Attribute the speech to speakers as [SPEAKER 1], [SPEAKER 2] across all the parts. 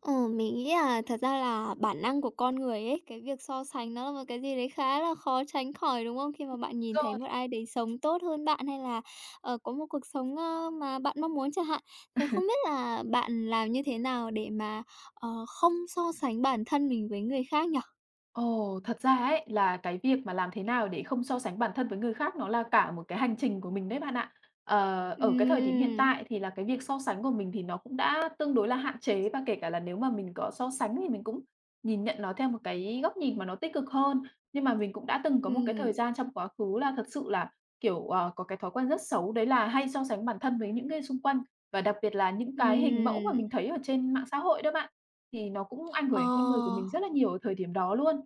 [SPEAKER 1] Ờ, mình nghĩ là thật ra là bản năng của con người ấy, cái việc so sánh nó là một cái gì đấy khá là khó tránh khỏi, đúng không? Khi mà bạn nhìn thấy
[SPEAKER 2] Rồi.
[SPEAKER 1] một ai đấy sống tốt hơn bạn hay là, có một cuộc sống, mà bạn mong muốn chẳng hạn. Thế không biết là bạn làm như thế nào để mà, không so sánh bản thân mình với người khác nhỉ?
[SPEAKER 2] Ồ, thật ra ấy là cái việc mà làm thế nào để không so sánh bản thân với người khác nó là cả một cái hành trình của mình đấy bạn ạ. Ờ, ở cái thời điểm hiện
[SPEAKER 1] Ừm,
[SPEAKER 2] tại thì là cái việc so sánh của mình thì nó cũng đã tương đối là hạn chế và kể cả là nếu mà mình có so sánh thì mình cũng nhìn nhận nó theo một cái góc nhìn mà nó tích cực hơn. Nhưng mà mình cũng đã từng có một cái
[SPEAKER 1] ừm,
[SPEAKER 2] thời gian trong quá khứ là thật sự là, kiểu, có cái thói quen rất xấu đấy là hay so sánh bản thân với những người xung quanh và đặc biệt là những cái hình mẫu mà
[SPEAKER 1] ừm,
[SPEAKER 2] mình thấy ở trên mạng xã hội đó bạn. Thì nó cũng ảnh
[SPEAKER 1] ờ.
[SPEAKER 2] hưởng đến con người của mình rất là nhiều ở thời điểm đó luôn.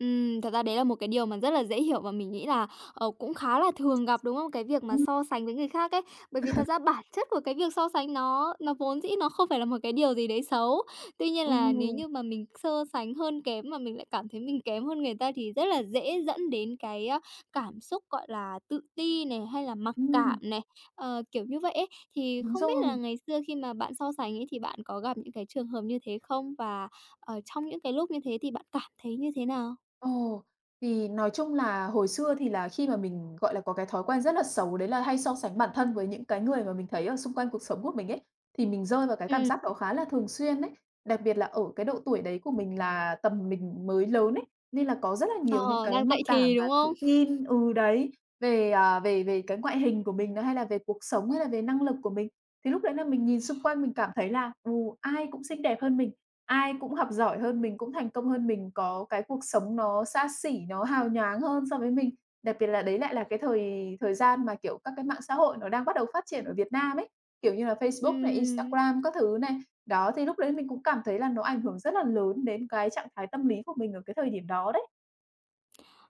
[SPEAKER 1] Thật ra đấy là một cái điều mà rất là dễ hiểu và mình nghĩ là, cũng khá là thường gặp, đúng không? Cái việc mà
[SPEAKER 2] Ừm,
[SPEAKER 1] so sánh với người khác ấy, bởi vì thật ra bản chất của cái việc so sánh nó vốn dĩ nó không phải là một cái điều gì đấy xấu. Tuy nhiên
[SPEAKER 2] ừ,
[SPEAKER 1] là nếu như mà mình so sánh hơn kém mà mình lại cảm thấy mình kém hơn người ta thì rất là dễ dẫn đến cái, cảm xúc, gọi là, tự ti này, hay là mặc cảm
[SPEAKER 2] ừm,
[SPEAKER 1] này, kiểu như vậy ấy. Thì
[SPEAKER 2] đúng
[SPEAKER 1] không biết là
[SPEAKER 2] rồi.
[SPEAKER 1] ngày xưa khi mà bạn so sánh ấy thì bạn có gặp những cái trường hợp như thế không? Và, ở trong những cái lúc như thế thì bạn cảm thấy như thế nào?
[SPEAKER 2] Ồ thì nói chung là hồi xưa thì là khi mà mình, gọi là, có cái thói quen rất là xấu đấy là hay so sánh bản thân với những cái người mà mình thấy ở xung quanh cuộc sống của mình ấy, thì mình rơi vào cái cảm
[SPEAKER 1] Ừm,
[SPEAKER 2] giác đó khá là thường xuyên đấy. Đặc biệt là ở cái độ tuổi đấy của mình là tầm mình mới lớn ấy, nên là có rất là nhiều những
[SPEAKER 1] ờ,
[SPEAKER 2] cái
[SPEAKER 1] đang
[SPEAKER 2] mặc
[SPEAKER 1] dậy
[SPEAKER 2] cảm
[SPEAKER 1] thì,
[SPEAKER 2] và
[SPEAKER 1] đúng
[SPEAKER 2] tự
[SPEAKER 1] không?
[SPEAKER 2] tin ừ, đấy, về, về cái ngoại hình của mình này, hay là về cuộc sống, hay là về năng lực của mình. Thì lúc đấy là mình nhìn xung quanh mình cảm thấy là, ừ, ai cũng xinh đẹp hơn mình. Ai cũng học giỏi hơn mình, cũng thành công hơn mình, có cái cuộc sống nó xa xỉ, nó hào nhoáng hơn so với mình. Đặc biệt là đấy lại là cái thời thời gian mà, kiểu, các cái mạng xã hội nó đang bắt đầu phát triển ở Việt Nam ấy, kiểu như là Facebook này,
[SPEAKER 1] Ừm,
[SPEAKER 2] Instagram các thứ này. Đó, thì lúc đấy mình cũng cảm thấy là nó ảnh hưởng rất là lớn đến cái trạng thái tâm lý của mình ở cái thời điểm đó đấy.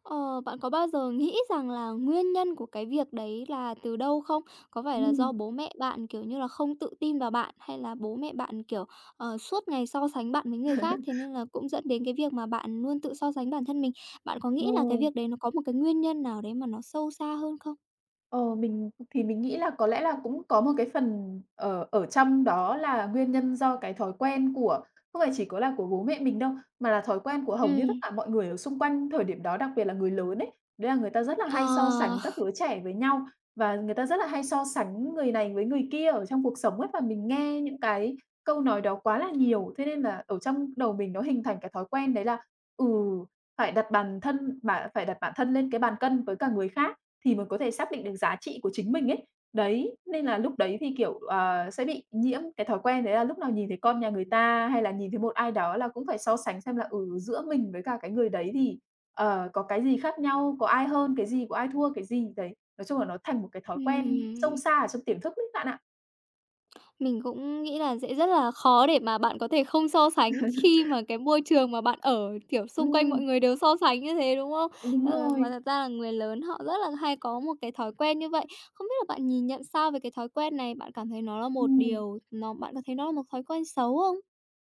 [SPEAKER 1] ờ, bạn có bao giờ nghĩ rằng là nguyên nhân của cái việc đấy là từ đâu không? Có phải là do
[SPEAKER 2] Ừm.
[SPEAKER 1] bố mẹ bạn, kiểu như là, không tự tin vào bạn, hay là bố mẹ bạn, kiểu, suốt ngày so sánh bạn với người khác, thế nên là cũng dẫn đến cái việc mà bạn luôn tự so sánh bản thân mình? Bạn có nghĩ
[SPEAKER 2] Ờ.
[SPEAKER 1] là cái việc đấy nó có một cái nguyên nhân nào đấy mà nó sâu xa hơn không?
[SPEAKER 2] Ờ, mình thì mình nghĩ là có lẽ là cũng có một cái phần ở ở trong đó là nguyên nhân do cái thói quen của không phải chỉ có là của bố mẹ mình đâu, mà là thói quen của hầu như tất
[SPEAKER 1] Ừm,
[SPEAKER 2] cả mọi người ở xung quanh thời điểm đó, đặc biệt là người lớn ấy. Đấy là người ta rất là hay so
[SPEAKER 1] ờ,
[SPEAKER 2] sánh các đứa trẻ với nhau và người ta rất là hay so sánh người này với người kia ở trong cuộc sống ấy, và mình nghe những cái câu nói đó quá là nhiều. Thế nên là ở trong đầu mình nó hình thành cái thói quen đấy là, ừ, phải đặt bản thân lên cái bàn cân với cả người khác. Thì mới có thể xác định được giá trị của chính mình ấy. Đấy, nên là lúc đấy thì, kiểu, ờ, sẽ bị nhiễm cái thói quen đấy là lúc nào nhìn thấy con nhà người ta hay là nhìn thấy một ai đó là cũng phải so sánh xem là, ừ, giữa mình với cả cái người đấy thì, ờ, có cái gì khác nhau, có ai hơn cái gì, có ai thua cái gì, đấy. Nói chung là nó thành một cái thói quen sâu
[SPEAKER 1] ừm.
[SPEAKER 2] xa ở trong tiềm thức đấy bạn ạ.
[SPEAKER 1] Mình cũng nghĩ là sẽ rất là khó để mà bạn có thể không so sánh khi mà cái môi trường mà bạn ở, kiểu, xung quanh mọi
[SPEAKER 2] Ừm,
[SPEAKER 1] người đều so sánh như thế, đúng không?
[SPEAKER 2] đúng
[SPEAKER 1] Ờ, mà
[SPEAKER 2] rồi,
[SPEAKER 1] thật ra là người lớn họ rất là hay có một cái thói quen như vậy. Không biết là bạn nhìn nhận sao về cái thói quen này? Bạn cảm thấy nó là một
[SPEAKER 2] ừm.
[SPEAKER 1] điều nó bạn có thấy nó là một thói quen xấu không?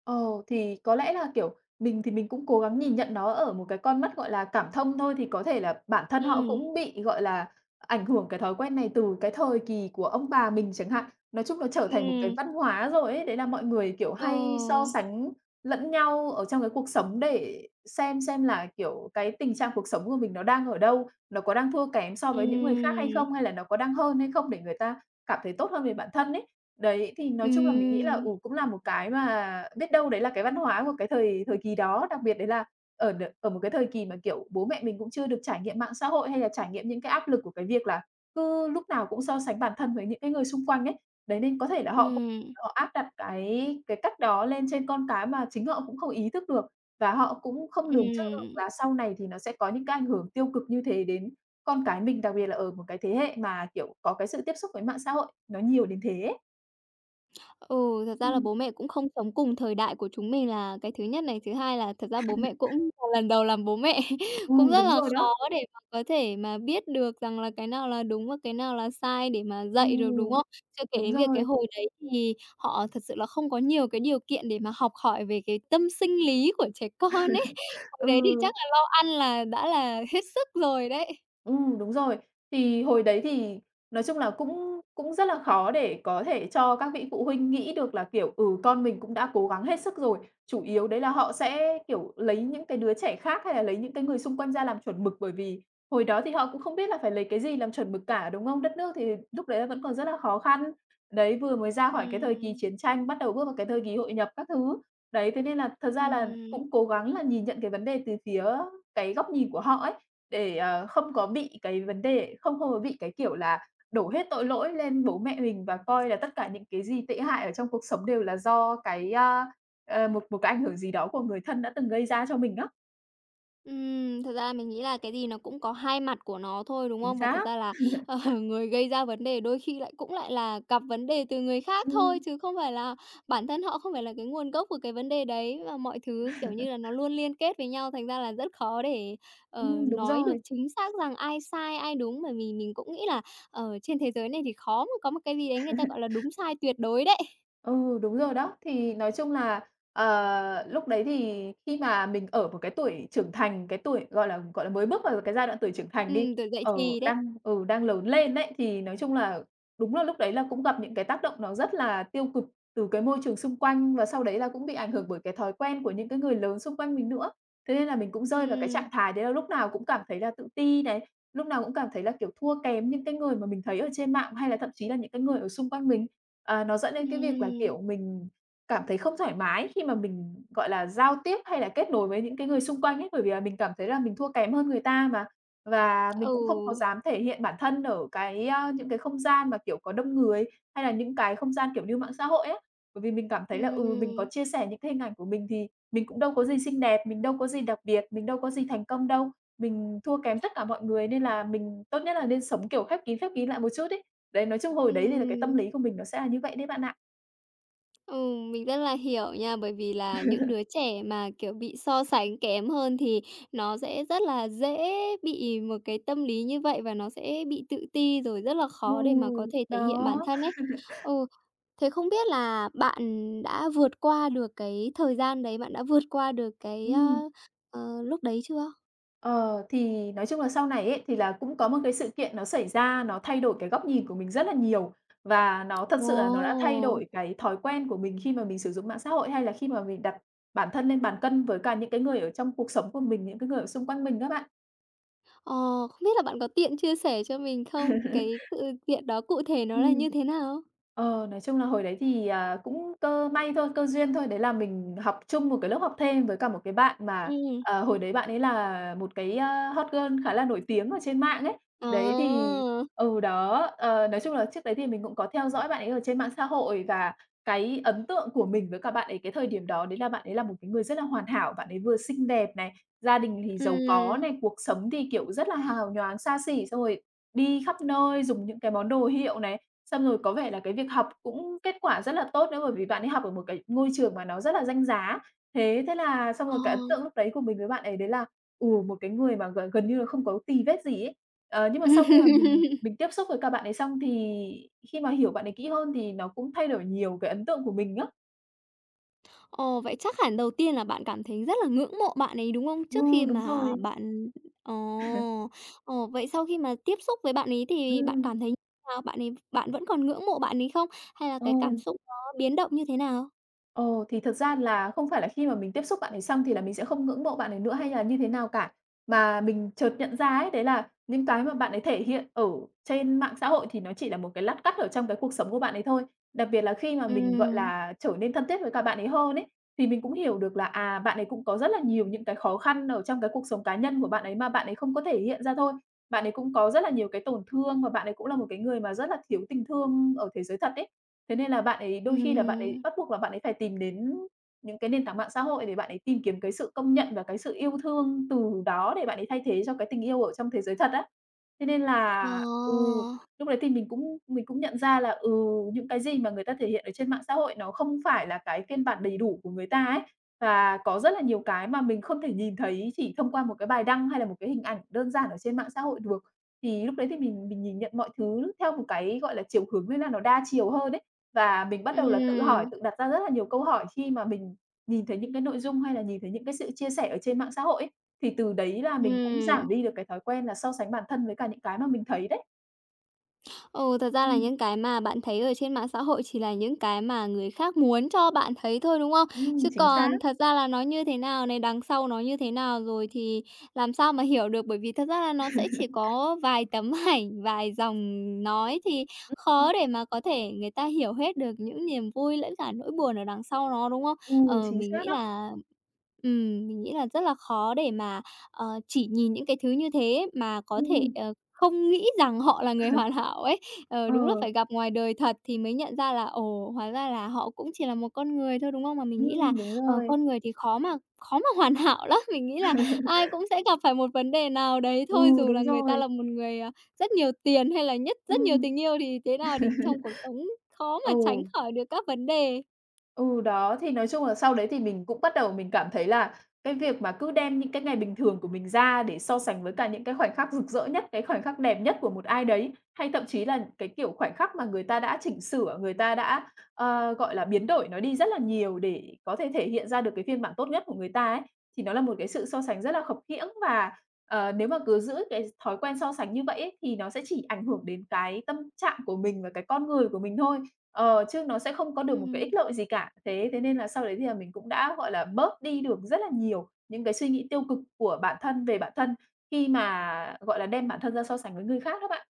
[SPEAKER 2] Ồ thì có lẽ là, kiểu, mình thì mình cũng cố gắng nhìn nhận nó ở một cái con mắt, gọi là, cảm thông thôi, thì có thể là bản thân họ
[SPEAKER 1] Ừm,
[SPEAKER 2] cũng bị, gọi là, ảnh hưởng cái thói quen này từ cái thời kỳ của ông bà mình chẳng hạn. Nói chung nó trở thành một cái
[SPEAKER 1] ừm,
[SPEAKER 2] văn hóa rồi ấy, đấy là mọi người, kiểu,
[SPEAKER 1] ờ,
[SPEAKER 2] hay so sánh lẫn nhau ở trong cái cuộc sống để xem là, kiểu, cái tình trạng cuộc sống của mình nó đang ở đâu, nó có đang thua kém so với những người khác
[SPEAKER 1] ừm,
[SPEAKER 2] hay không, hay là nó có đang hơn hay không để người ta cảm thấy tốt hơn về bản thân ấy. Đấy, thì nói chung là mình nghĩ là,
[SPEAKER 1] ừm,
[SPEAKER 2] ừ, cũng là một cái mà biết đâu đấy là cái văn hóa của cái thời thời kỳ đó, đặc biệt đấy là ở một cái thời kỳ mà, kiểu, bố mẹ mình cũng chưa được trải nghiệm mạng xã hội, hay là trải nghiệm những cái áp lực của cái việc là cứ lúc nào cũng so sánh bản thân với những cái người xung quanh ấy. Đấy, nên có thể là họ cũng
[SPEAKER 1] ừm,
[SPEAKER 2] họ áp đặt cái cách đó lên trên con cái mà chính họ cũng không ý thức được, và họ cũng không lường trước được
[SPEAKER 1] ừm.
[SPEAKER 2] là sau này thì nó sẽ có những cái ảnh hưởng tiêu cực như thế đến con cái mình, đặc biệt là ở một cái thế hệ mà, kiểu, có cái sự tiếp xúc với mạng xã hội nó nhiều đến thế ấy.
[SPEAKER 1] Ừ, thật ra là
[SPEAKER 2] Ừm,
[SPEAKER 1] bố mẹ cũng không sống cùng thời đại của chúng mình là cái thứ nhất này, thứ hai là thật ra bố mẹ cũng là lần đầu làm bố mẹ, cũng rất
[SPEAKER 2] đúng
[SPEAKER 1] là
[SPEAKER 2] rồi
[SPEAKER 1] khó
[SPEAKER 2] đó.
[SPEAKER 1] để mà có thể mà biết được rằng là cái nào là đúng và cái nào là sai để mà dạy được, đúng
[SPEAKER 2] Ừm,
[SPEAKER 1] không? Chưa kể
[SPEAKER 2] đúng
[SPEAKER 1] đến việc cái
[SPEAKER 2] rồi.
[SPEAKER 1] hồi đấy thì họ thật sự là không có nhiều cái điều kiện để mà học hỏi về cái tâm sinh lý của trẻ con ấy. Hồi
[SPEAKER 2] Ừ,
[SPEAKER 1] đấy thì chắc là lo ăn là đã là hết sức rồi đấy.
[SPEAKER 2] ừm, đúng rồi. Thì hồi đấy thì nói chung là cũng cũng rất là khó để có thể cho các vị phụ huynh nghĩ được là, kiểu, ừ, con mình cũng đã cố gắng hết sức rồi. Chủ yếu đấy là họ sẽ, kiểu, lấy những cái đứa trẻ khác hay là lấy những cái người xung quanh ra làm chuẩn mực, bởi vì hồi đó thì họ cũng không biết là phải lấy cái gì làm chuẩn mực cả, đúng không? Đất nước thì lúc đấy là vẫn còn rất là khó khăn. Đấy, vừa mới ra khỏi cái thời kỳ
[SPEAKER 1] Ừm.
[SPEAKER 2] chiến tranh, bắt đầu bước vào cái thời kỳ hội nhập các thứ. Đấy, thế nên là thật ra là
[SPEAKER 1] Ừm.
[SPEAKER 2] cũng cố gắng là nhìn nhận cái vấn đề từ phía cái góc nhìn của họ ấy. Để, ờ, không có bị cái vấn đề không không có bị cái kiểu là đổ hết tội lỗi lên bố mẹ mình và coi là tất cả những cái gì tệ hại ở trong cuộc sống đều là do cái, ờ, một một cái ảnh hưởng gì đó của người thân đã từng gây ra cho mình á.
[SPEAKER 1] Thật ra là mình nghĩ là cái gì nó cũng có hai mặt của nó thôi, đúng
[SPEAKER 2] Chính
[SPEAKER 1] không? Và thật
[SPEAKER 2] xác.
[SPEAKER 1] ra là, người gây ra vấn đề đôi khi lại cũng lại là gặp vấn đề từ người khác thôi,
[SPEAKER 2] Ừm,
[SPEAKER 1] chứ không phải là bản thân họ không phải là cái nguồn gốc của cái vấn đề đấy. Và mọi thứ, kiểu như là, nó luôn liên kết với nhau, thành ra là rất khó để,
[SPEAKER 2] đúng
[SPEAKER 1] nói được
[SPEAKER 2] rồi.
[SPEAKER 1] chính xác rằng ai sai, ai đúng. Bởi vì mình cũng nghĩ là, ở trên thế giới này thì khó mà có một cái gì đấy người ta gọi là đúng sai tuyệt đối đấy.
[SPEAKER 2] Ừ, đúng rồi đó. Thì nói chung là, ờ, lúc đấy thì khi mà mình ở một cái tuổi trưởng thành, cái tuổi, gọi là, mới bước vào cái giai đoạn tuổi trưởng thành đi,
[SPEAKER 1] Tuổi dậy thì đấy.
[SPEAKER 2] đang ừ, đang lớn lên đấy thì nói chung là đúng là lúc đấy là cũng gặp những cái tác động nó rất là tiêu cực từ cái môi trường xung quanh và sau đấy là cũng bị ảnh hưởng bởi cái thói quen của những cái người lớn xung quanh mình nữa. Thế nên là mình cũng rơi vào cái
[SPEAKER 1] Ừm,
[SPEAKER 2] trạng thái đấy là lúc nào cũng cảm thấy là tự ti này, lúc nào cũng cảm thấy là, kiểu, thua kém những cái người mà mình thấy ở trên mạng hay là thậm chí là những cái người ở xung quanh mình ờ, nó dẫn đến cái việc là,
[SPEAKER 1] ừm,
[SPEAKER 2] kiểu, mình cảm thấy không thoải mái khi mà mình, gọi là, giao tiếp hay là kết nối với những cái người xung quanh ấy, bởi vì là mình cảm thấy là mình thua kém hơn người ta mà. Và mình
[SPEAKER 1] ừ,
[SPEAKER 2] cũng không có dám thể hiện bản thân ở cái, những cái không gian mà, kiểu, có đông người, hay là những cái không gian, kiểu như, mạng xã hội á. Bởi vì mình cảm thấy là, ừ, mình có
[SPEAKER 1] ừm,
[SPEAKER 2] chia sẻ những cái hình ảnh của mình thì mình cũng đâu có gì xinh đẹp, mình đâu có gì đặc biệt, mình đâu có gì thành công đâu, mình thua kém tất cả mọi người nên là mình tốt nhất là nên sống, kiểu, khép kín lại một chút ấy. Đấy, nói chung hồi đấy thì là cái tâm
[SPEAKER 1] ừm.
[SPEAKER 2] lý của mình nó sẽ là như vậy đấy bạn ạ.
[SPEAKER 1] Ừ, mình rất là hiểu nha, bởi vì là những đứa trẻ mà, kiểu, bị so sánh kém hơn thì nó sẽ rất là dễ bị một cái tâm lý như vậy và nó sẽ bị tự ti, rồi rất là
[SPEAKER 2] Ừ,
[SPEAKER 1] khó để mà có thể thể hiện
[SPEAKER 2] đó,
[SPEAKER 1] bản thân ấy. Ừ, thế không biết là bạn đã vượt qua được cái thời gian đấy, bạn đã vượt qua được cái,
[SPEAKER 2] ừm,
[SPEAKER 1] lúc đấy chưa?
[SPEAKER 2] ờ, thì nói chung là sau này ấy, thì là cũng có một cái sự kiện nó xảy ra, nó thay đổi cái góc nhìn của mình rất là nhiều và nó thật
[SPEAKER 1] Ồ!
[SPEAKER 2] sự là nó đã thay đổi cái thói quen của mình khi mà mình sử dụng mạng xã hội, hay là khi mà mình đặt bản thân lên bàn cân với cả những cái người ở trong cuộc sống của mình, những cái người ở xung quanh mình các bạn.
[SPEAKER 1] Ờ, không biết là bạn có tiện chia sẻ cho mình không? Cái sự kiện đó cụ thể nó là
[SPEAKER 2] Ừm.
[SPEAKER 1] như thế nào?
[SPEAKER 2] Nói chung là hồi đấy thì, cũng cơ may thôi, cơ duyên thôi, đấy là mình học chung một cái lớp học thêm với cả một cái bạn mà,
[SPEAKER 1] Ừ,
[SPEAKER 2] hồi đấy bạn ấy là một cái, hot girl khá là nổi tiếng ở trên mạng ấy. Đấy thì
[SPEAKER 1] à!
[SPEAKER 2] nói chung là trước đấy thì mình cũng có theo dõi bạn ấy ở trên mạng xã hội và cái ấn tượng của mình với cả bạn ấy cái thời điểm đó đấy là bạn ấy là một cái người rất là hoàn hảo, bạn ấy vừa xinh đẹp này, gia đình thì giàu có
[SPEAKER 1] Ừm,
[SPEAKER 2] này, cuộc sống thì, kiểu, rất là hào nhoáng, xa xỉ, xong rồi đi khắp nơi, dùng những cái món đồ hiệu này, xong rồi có vẻ là cái việc học cũng kết quả rất là tốt nữa, bởi vì bạn ấy học ở một cái ngôi trường mà nó rất là danh giá. Thế thế là xong
[SPEAKER 1] ờ.
[SPEAKER 2] rồi cái ấn tượng lúc đấy của mình với bạn ấy đấy là, một cái người mà gần gần như là không có tì vết gì ấy. Nhưng mà sau khi mà mình mình tiếp xúc với cả bạn ấy xong thì khi mà hiểu bạn ấy kỹ hơn thì nó cũng thay đổi nhiều cái ấn tượng của mình á.
[SPEAKER 1] Ồ, vậy chắc hẳn đầu tiên là bạn cảm thấy rất là ngưỡng mộ bạn ấy, đúng không? Trước
[SPEAKER 2] Ừ,
[SPEAKER 1] khi
[SPEAKER 2] đúng
[SPEAKER 1] mà
[SPEAKER 2] rồi.
[SPEAKER 1] bạn ồ, ồ, vậy sau khi mà tiếp xúc với bạn ấy thì bạn
[SPEAKER 2] Ừm.
[SPEAKER 1] cảm thấy như nào? Bạn vẫn còn ngưỡng mộ bạn ấy không? Hay là
[SPEAKER 2] ờ.
[SPEAKER 1] cái cảm xúc nó biến động như thế nào?
[SPEAKER 2] Ồ, thì thật ra là không phải là khi mà mình tiếp xúc bạn ấy xong thì là mình sẽ không ngưỡng mộ bạn ấy nữa hay là như thế nào cả, mà mình chợt nhận ra ấy, đấy là những cái mà bạn ấy thể hiện ở trên mạng xã hội thì nó chỉ là một cái lát cắt ở trong cái cuộc sống của bạn ấy thôi. Đặc biệt là khi mà mình, gọi
[SPEAKER 1] Ừm,
[SPEAKER 2] là, trở nên thân thiết với cả bạn ấy hơn ấy, thì mình cũng hiểu được là, bạn ấy cũng có rất là nhiều những cái khó khăn ở trong cái cuộc sống cá nhân của bạn ấy mà bạn ấy không có thể hiện ra thôi. Bạn ấy cũng có rất là nhiều cái tổn thương và bạn ấy cũng là một cái người mà rất là thiếu tình thương ở thế giới thật ấy. Thế nên là bạn ấy đôi khi là bạn ấy
[SPEAKER 1] ừm,
[SPEAKER 2] bắt buộc là bạn ấy phải tìm đến những cái nền tảng mạng xã hội để bạn ấy tìm kiếm cái sự công nhận và cái sự yêu thương từ đó để bạn ấy thay thế cho cái tình yêu ở trong thế giới thật á. Thế nên
[SPEAKER 1] ờ,
[SPEAKER 2] là ừ, lúc đấy thì mình cũng nhận ra là, những cái gì mà người ta thể hiện ở trên mạng xã hội nó không phải là cái phiên bản đầy đủ của người ta ấy. Và có rất là nhiều cái mà mình không thể nhìn thấy chỉ thông qua một cái bài đăng hay là một cái hình ảnh đơn giản ở trên mạng xã hội được. Thì lúc đấy thì mình nhìn nhận mọi thứ theo một cái, gọi là, chiều hướng nên là nó đa chiều hơn ấy. Và mình bắt đầu là tự hỏi,
[SPEAKER 1] ừm,
[SPEAKER 2] tự đặt ra rất là nhiều câu hỏi khi mà mình nhìn thấy những cái nội dung hay là nhìn thấy những cái sự chia sẻ ở trên mạng xã hội ấy. Thì từ đấy là mình cũng
[SPEAKER 1] ừm.
[SPEAKER 2] giảm đi được cái thói quen là so sánh bản thân với cả những cái mà mình thấy đấy.
[SPEAKER 1] Ừ, thật ra là
[SPEAKER 2] Ừm,
[SPEAKER 1] những cái mà bạn thấy ở trên mạng xã hội chỉ là những cái mà người khác muốn cho bạn thấy thôi, đúng không? Chứ
[SPEAKER 2] chính xác.
[SPEAKER 1] còn thật ra là nó như thế nào này, đằng sau nó như thế nào rồi thì làm sao mà hiểu được, bởi vì thật ra là nó sẽ chỉ có vài tấm ảnh, vài dòng nói thì khó
[SPEAKER 2] Ừm,
[SPEAKER 1] để mà có thể người ta hiểu hết được những niềm vui lẫn cả nỗi buồn ở đằng sau nó, đúng không?
[SPEAKER 2] ừ,
[SPEAKER 1] Ờ,
[SPEAKER 2] chính
[SPEAKER 1] mình
[SPEAKER 2] xác
[SPEAKER 1] nghĩ
[SPEAKER 2] đó.
[SPEAKER 1] là ừm, mình nghĩ là rất là khó để mà, chỉ nhìn những cái thứ như thế mà có thể,
[SPEAKER 2] Ừm,
[SPEAKER 1] không nghĩ rằng họ là người hoàn hảo ấy. Ờ,
[SPEAKER 2] ờ,
[SPEAKER 1] đúng là phải gặp ngoài đời thật thì mới nhận ra là, ồ, hóa ra là họ cũng chỉ là một con người thôi, đúng không? Mà mình nghĩ là,
[SPEAKER 2] đúng rồi.
[SPEAKER 1] con người thì khó mà hoàn hảo lắm. Mình nghĩ là ai cũng sẽ gặp phải một vấn đề nào đấy thôi,
[SPEAKER 2] Ừ,
[SPEAKER 1] dù là
[SPEAKER 2] đúng
[SPEAKER 1] người ta
[SPEAKER 2] rồi.
[SPEAKER 1] là một người, rất nhiều tiền hay là nhất rất nhiều
[SPEAKER 2] Ừm,
[SPEAKER 1] tình yêu thì thế nào thì trong cuộc sống khó
[SPEAKER 2] ừ.
[SPEAKER 1] mà tránh khỏi được các vấn đề.
[SPEAKER 2] Ừ, đó, thì nói chung là sau đấy thì mình cũng bắt đầu mình cảm thấy là cái việc mà cứ đem những cái ngày bình thường của mình ra để so sánh với cả những cái khoảnh khắc rực rỡ nhất, cái khoảnh khắc đẹp nhất của một ai đấy, hay thậm chí là cái, kiểu, khoảnh khắc mà người ta đã chỉnh sửa, người ta đã, gọi là, biến đổi nó đi rất là nhiều để có thể thể hiện ra được cái phiên bản tốt nhất của người ta ấy, thì nó là một cái sự so sánh rất là khập khiễng. Và, nếu mà cứ giữ cái thói quen so sánh như vậy ấy, thì nó sẽ chỉ ảnh hưởng đến cái tâm trạng của mình và cái con người của mình thôi. Chứ nó sẽ không có được một cái ích
[SPEAKER 1] Ừm.
[SPEAKER 2] lợi gì cả. Thế thế nên là sau đấy thì là mình cũng đã, gọi là, bớt đi được rất là nhiều những cái suy nghĩ tiêu cực của bản thân về bản thân khi mà, gọi là, đem bản thân ra so sánh với người khác đó bạn.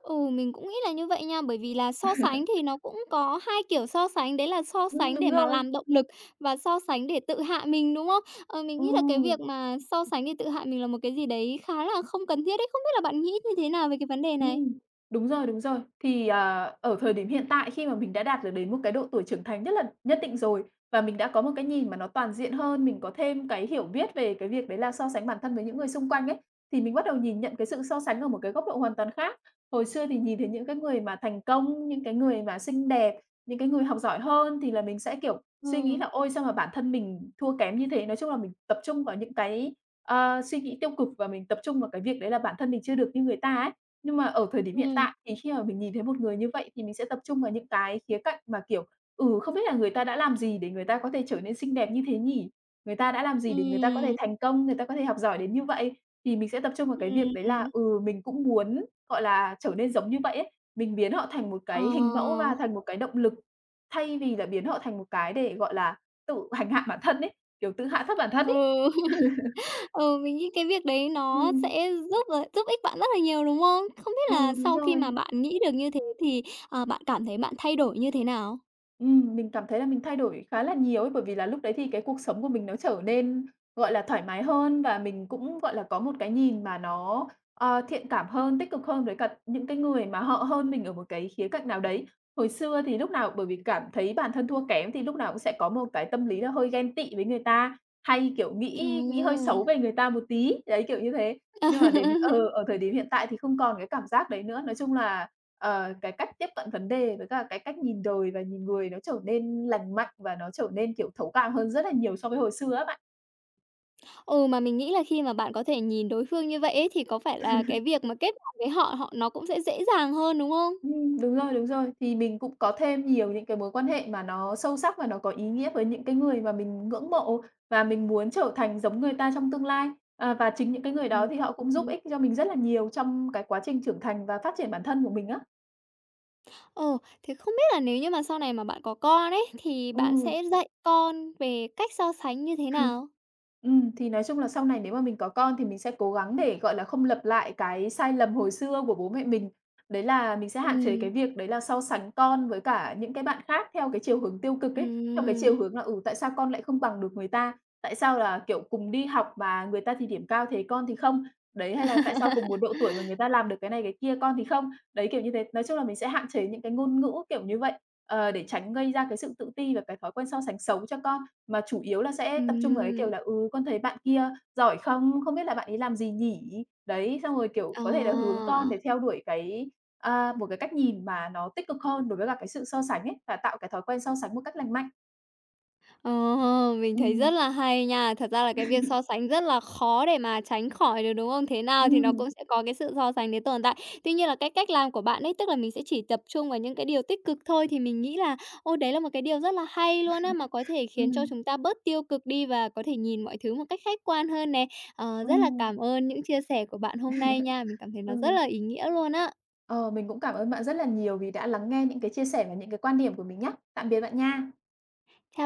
[SPEAKER 1] Ừ, mình cũng nghĩ là như vậy nha, bởi vì là so sánh thì nó cũng có hai kiểu so sánh, đấy là so sánh để
[SPEAKER 2] Đúng
[SPEAKER 1] mà
[SPEAKER 2] rồi.
[SPEAKER 1] làm động lực và so sánh để tự hạ mình, đúng không? Ờ, mình nghĩ là cái việc
[SPEAKER 2] Ừm.
[SPEAKER 1] mà so sánh để tự hạ mình là một cái gì đấy khá là không cần thiết đấy, không biết là bạn nghĩ như thế nào về cái vấn đề này?
[SPEAKER 2] Ừm, đúng rồi, đúng rồi. Thì, ở thời điểm hiện tại khi mà mình đã đạt được đến một cái độ tuổi trưởng thành rất là nhất định rồi và mình đã có một cái nhìn mà nó toàn diện hơn, mình có thêm cái hiểu biết về cái việc đấy là so sánh bản thân với những người xung quanh ấy, thì mình bắt đầu nhìn nhận cái sự so sánh ở một cái góc độ hoàn toàn khác. Hồi xưa thì nhìn thấy những cái người mà thành công, những cái người mà xinh đẹp, những cái người học giỏi hơn thì là mình sẽ, kiểu,
[SPEAKER 1] Ừ,
[SPEAKER 2] suy nghĩ là "Ôi, sao mà bản thân mình thua kém như thế?" Nói chung là mình tập trung vào những cái, suy nghĩ tiêu cực và mình tập trung vào cái việc đấy là bản thân mình chưa được như người ta ấy. Nhưng mà ở thời điểm hiện
[SPEAKER 1] ừ,
[SPEAKER 2] tại thì khi mà mình nhìn thấy một người như vậy thì mình sẽ tập trung vào những cái khía cạnh mà, kiểu, không biết là người ta đã làm gì để người ta có thể trở nên xinh đẹp như thế nhỉ? Người ta đã làm gì để người ta có thể
[SPEAKER 1] ừ,
[SPEAKER 2] thành công, người ta có thể học giỏi đến như vậy? Thì mình sẽ tập trung vào cái việc đấy
[SPEAKER 1] ừm,
[SPEAKER 2] là, mình cũng muốn, gọi là, trở nên giống như vậy ấy, mình biến họ thành một
[SPEAKER 1] ờ,
[SPEAKER 2] cái hình mẫu và thành một cái động lực, thay vì là biến họ thành một cái để, gọi là, tự hành hạ bản thân ấy, kiểu, tự hạ thấp bản thân ấy.
[SPEAKER 1] ừ, ừ, mình nghĩ cái việc đấy nó
[SPEAKER 2] Ừm,
[SPEAKER 1] sẽ giúp ích bạn rất là nhiều, đúng không? Không biết là
[SPEAKER 2] ừ, đúng
[SPEAKER 1] sau khi mà
[SPEAKER 2] rồi.
[SPEAKER 1] bạn nghĩ được như thế thì, bạn cảm thấy bạn thay đổi như thế nào?
[SPEAKER 2] Mình cảm thấy là mình thay đổi khá là nhiều ấy, bởi vì là lúc đấy thì cái cuộc sống của mình nó trở nên, gọi là, thoải mái hơn và mình cũng, gọi là, có một cái nhìn mà nó, thiện cảm hơn, tích cực hơn với cả những cái người mà họ hơn mình ở một cái khía cạnh nào đấy. Hồi xưa thì lúc nào bởi vì cảm thấy bản thân thua kém thì lúc nào cũng sẽ có một cái tâm lý là hơi ghen tị với người ta, hay, kiểu, nghĩ nghĩ hơi
[SPEAKER 1] Ừm.
[SPEAKER 2] xấu về người ta một tí, đấy, kiểu như thế. Nhưng mà đến ở thời điểm hiện tại thì không còn cái cảm giác đấy nữa. Nói chung là, cái cách tiếp cận vấn đề với cả cái cách nhìn đời và nhìn người nó trở nên lành mạnh và nó trở nên, kiểu, thấu cảm hơn rất là nhiều so với hồi xưa á bạn.
[SPEAKER 1] Ừ, mà mình nghĩ là khi mà bạn có thể nhìn đối phương như vậy ấy, thì có phải là cái việc mà kết bạn với họ họ nó cũng sẽ dễ dàng hơn, đúng không?
[SPEAKER 2] Đúng rồi, đúng rồi. Thì mình cũng có thêm nhiều những cái mối quan hệ mà nó sâu sắc và nó có ý nghĩa với những cái người mà mình ngưỡng mộ và mình muốn trở thành giống người ta trong tương lai. À, và chính những cái người đó
[SPEAKER 1] Ừm,
[SPEAKER 2] thì họ cũng giúp
[SPEAKER 1] ừm.
[SPEAKER 2] ích cho mình rất là nhiều trong cái quá trình trưởng thành và phát triển bản thân của mình á.
[SPEAKER 1] Ờ, thế không biết là nếu như mà sau này mà bạn có con ấy, thì bạn
[SPEAKER 2] Ừm.
[SPEAKER 1] sẽ dạy con về cách so sánh như thế nào?
[SPEAKER 2] Thì nói chung là sau này nếu mà mình có con thì mình sẽ cố gắng để, gọi là, không lặp lại cái sai lầm hồi xưa của bố mẹ mình. Đấy là mình sẽ hạn chế
[SPEAKER 1] Ừ,
[SPEAKER 2] cái việc đấy là so sánh con với cả những cái bạn khác theo cái chiều hướng tiêu cực
[SPEAKER 1] ừ,
[SPEAKER 2] ấy, theo cái chiều hướng là, tại sao con lại không bằng được người ta? Tại sao là, kiểu, cùng đi học mà người ta thì điểm cao thế con thì không? Đấy, hay là tại sao cùng một độ tuổi mà người ta làm được cái này cái kia con thì không? Đấy, kiểu như thế. Nói chung là mình sẽ hạn chế những cái ngôn ngữ kiểu như vậy, để tránh gây ra cái sự tự ti và cái thói quen so sánh xấu cho con. Mà chủ yếu là sẽ tập trung vào cái
[SPEAKER 1] ừm,
[SPEAKER 2] kiểu là "Ừ, con thấy bạn kia giỏi không? Không biết là bạn ấy làm gì nhỉ?" Đấy, xong rồi, kiểu,
[SPEAKER 1] à.
[SPEAKER 2] có thể là hướng con để theo đuổi cái, một cái cách nhìn mà nó tích cực hơn đối với cả cái sự so sánh ấy, và tạo cái thói quen so sánh một cách lành mạnh.
[SPEAKER 1] Ờ, mình thấy rất
[SPEAKER 2] Ừm,
[SPEAKER 1] là hay nha. Thật ra là cái việc so sánh rất là khó để mà tránh khỏi được, đúng không? Thế nào thì nó
[SPEAKER 2] ừm,
[SPEAKER 1] cũng sẽ có cái sự so sánh đấy tồn tại. Tuy nhiên là cái cách làm của bạn ấy, tức là mình sẽ chỉ tập trung vào những cái điều tích cực thôi thì mình nghĩ là, ôi, đấy là một cái điều rất là hay luôn á, mà có thể khiến cho
[SPEAKER 2] ừm,
[SPEAKER 1] chúng ta bớt tiêu cực đi và có thể nhìn mọi thứ một cách khách quan hơn nè. Ờ, rất là
[SPEAKER 2] ừm,
[SPEAKER 1] cảm ơn những chia sẻ của bạn hôm nay nha. Mình cảm thấy nó rất
[SPEAKER 2] ừ.
[SPEAKER 1] là ý nghĩa luôn á.
[SPEAKER 2] Ờ, mình cũng cảm ơn bạn rất là nhiều vì đã lắng nghe những cái chia sẻ và những cái quan điểm của mình nhé. Tạm biệt bạn nha.